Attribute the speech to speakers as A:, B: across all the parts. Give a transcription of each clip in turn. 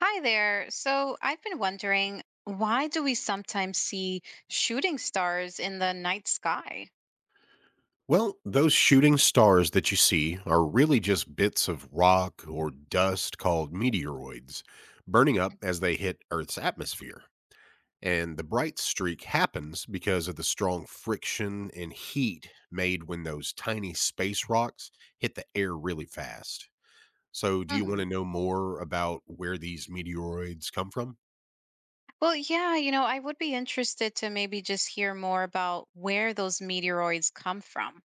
A: Hi there. So I've been wondering, why do we sometimes see shooting stars in the night sky?
B: Well, those shooting stars that you see are really just bits of rock or dust called meteoroids burning up as they hit Earth's atmosphere. And the bright streak happens because of the strong friction and heat made when those tiny space rocks hit the air really fast. So, do you want
A: Hmm.
B: to know more about where these meteoroids come from?
A: Well, yeah, I would be interested to maybe just hear more about where those meteoroids come from.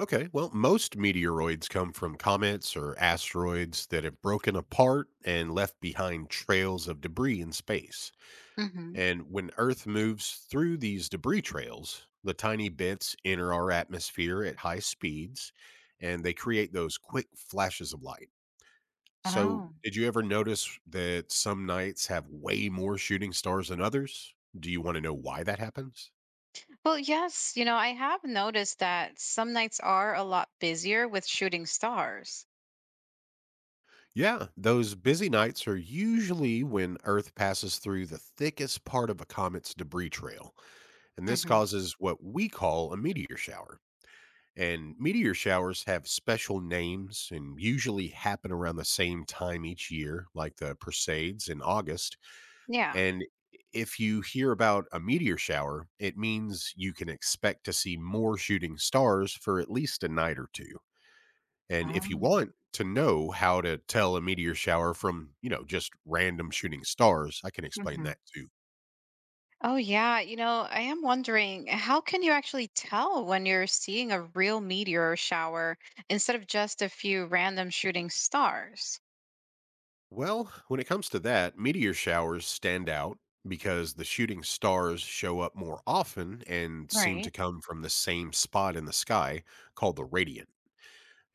B: Okay, well, most meteoroids come from comets or asteroids that have broken apart and left behind trails of debris in space.
A: Hmm.
B: And when Earth moves through these debris trails, the tiny bits enter our atmosphere at high speeds and they create those quick flashes of light. So,
A: Oh.
B: did you ever notice that some nights have way more shooting stars than others? Do you want to know why that happens?
A: Well, yes, I have noticed that some nights are a lot busier with shooting stars.
B: Yeah, those busy nights are usually when Earth passes through the thickest part of a comet's debris trail, and this
A: Hmm.
B: causes what we call a meteor shower. And meteor showers have special names and usually happen around the same time each year, like the Perseids in August.
A: Yeah.
B: And if you hear about a meteor shower, it means you can expect to see more shooting stars for at least a night or two. And if you
A: Wow.
B: want to know how to tell a meteor shower from, you know, just random shooting stars, I can explain that too.
A: Oh, yeah. I am wondering how can you actually tell when you're seeing a real meteor shower instead of just a few random shooting stars?
B: Well, when it comes to that, meteor showers stand out because the shooting stars show up more often and seem to
A: Right.
B: come from the same spot in the sky called the radiant.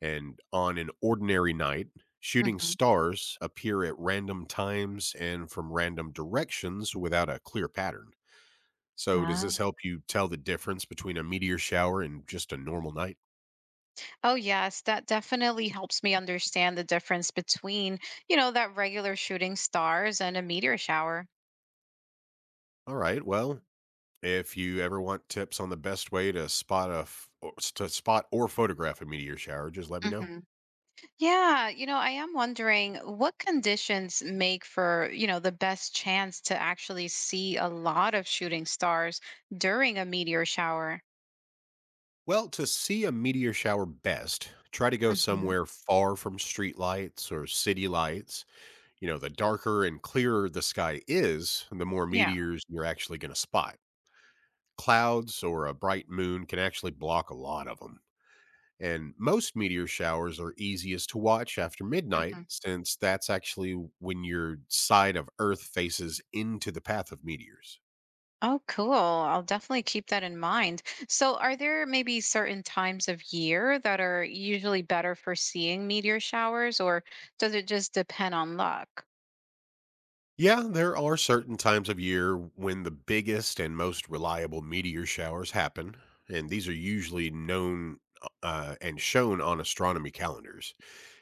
B: And on an ordinary night, shooting
A: Hmm.
B: stars appear at random times and from random directions without a clear pattern. So does this
A: Oh,
B: help you tell the difference between a meteor shower and just a normal night?
A: oh, yes. That definitely helps me understand the difference between, that regular shooting stars and a meteor shower.
B: All right. Well, if you ever want tips on the best way to spot a f- or s- to spot or photograph a meteor shower, just let me know.
A: Hmm. Yeah. I am wondering what conditions make for, the best chance to actually see a lot of shooting stars during a meteor shower?
B: Well, to see a meteor shower best, try to go
A: Hmm.
B: somewhere far from street lights or city lights. You know, the darker and clearer the sky is, the more
A: Yeah.
B: meteors you're actually going to spot. Clouds or a bright moon can actually block a lot of them. And most meteor showers are easiest to watch after midnight,
A: Hmm.
B: since that's actually when your side of Earth faces into the path of meteors.
A: Oh, cool. I'll definitely keep that in mind. So, are there maybe certain times of year that are usually better for seeing meteor showers, or does it just depend on luck?
B: Yeah, there are certain times of year when the biggest and most reliable meteor showers happen, and these are usually known and shown on astronomy calendars.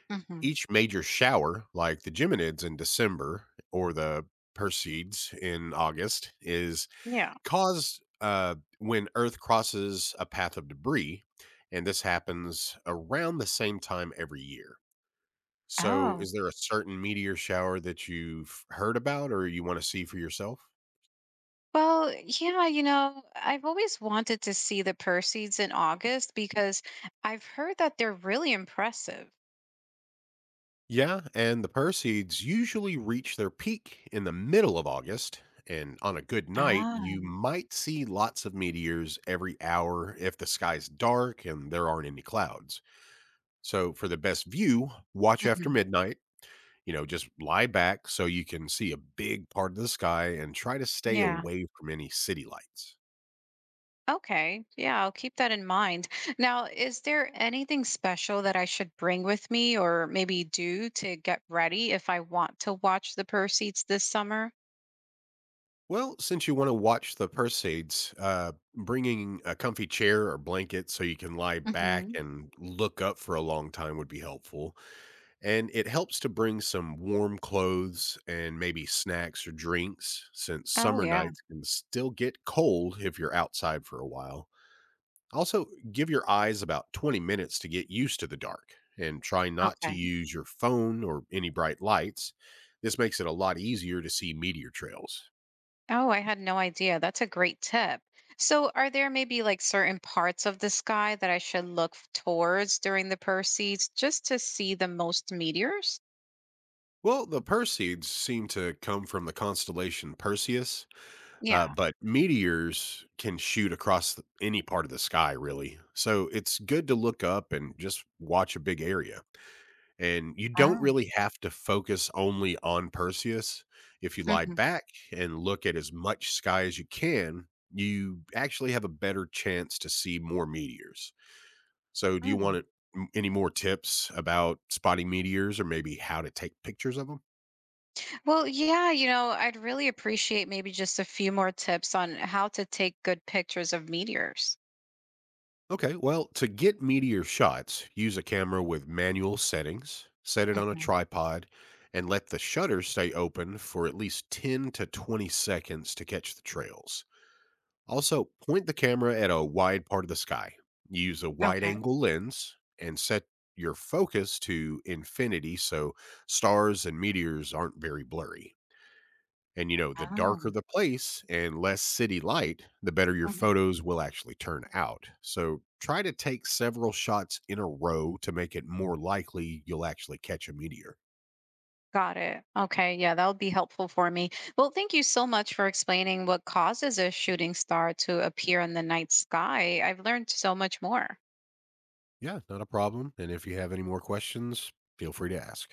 A: Hmm.
B: Each major shower, like the Geminids in December or the Perseids in August, is
A: Yeah.
B: caused when Earth crosses a path of debris, and this happens around the same time every year. So,
A: Oh,
B: is there a certain meteor shower that you've heard about or you want to see for yourself?
A: well, yeah, I've always wanted to see the Perseids in August because I've heard that they're really impressive.
B: Yeah, and the Perseids usually reach their peak in the middle of August. And on a good night,
A: Ah.
B: you might see lots of meteors every hour if the sky's dark and there aren't any clouds. So, for the best view, watch after
A: Mhm.
B: midnight. You know, just lie back so you can see a big part of the sky and try to stay
A: Yeah.
B: away from any city lights.
A: Okay. Yeah, I'll keep that in mind. Now, is there anything special that I should bring with me or maybe do to get ready if I want to watch the proceeds this summer?
B: Well, since you want to watch the Perseids, bringing a comfy chair or blanket so you can lie back
A: Hmm.
B: and look up for a long time would be helpful. And it helps to bring some warm clothes and maybe snacks or drinks, since
A: Oh,
B: summer
A: yeah.
B: nights can still get cold if you're outside for a while. Also, give your eyes about 20 minutes to get used to the dark and try not to
A: Okay.
B: use your phone or any bright lights. This makes it a lot easier to see meteor trails.
A: Oh, I had no idea. That's a great tip. So, are there maybe like certain parts of the sky that I should look towards during the proceeds just to see the most meteors?
B: Well, the Perseids seem to come from the constellation Perseus,
A: Yeah.
B: but meteors can shoot across any part of the sky, really. So it's good to look up and just watch a big area. And you don't
A: Oh.
B: really have to focus only on Perseus. If you lie
A: Hmm.
B: back and look at as much sky as you can, you actually have a better chance to see more meteors. So, do you want any more tips about spotting meteors or maybe how to take pictures of them?
A: Well, yeah, I'd really appreciate maybe just a few more tips on how to take good pictures of meteors.
B: Okay, well, to get meteor shots, use a camera with manual settings, set it on a
A: Mhm.
B: tripod, and let the shutter stay open for at least 10 to 20 seconds to catch the trails. Also, point the camera at a wide part of the sky. Use a wide
A: Okay.
B: angle lens and set your focus to infinity so stars and meteors aren't very blurry. And you know, the darker
A: Um,
B: the place and less city light, the better your
A: mhm.
B: photos will actually turn out. So try to take several shots in a row to make it more likely you'll actually catch a meteor.
A: Got it. Okay. Yeah, that would be helpful for me. Well, thank you so much for explaining what causes a shooting star to appear in the night sky. I've learned so much more.
B: Yeah, not a problem. And if you have any more questions, feel free to ask.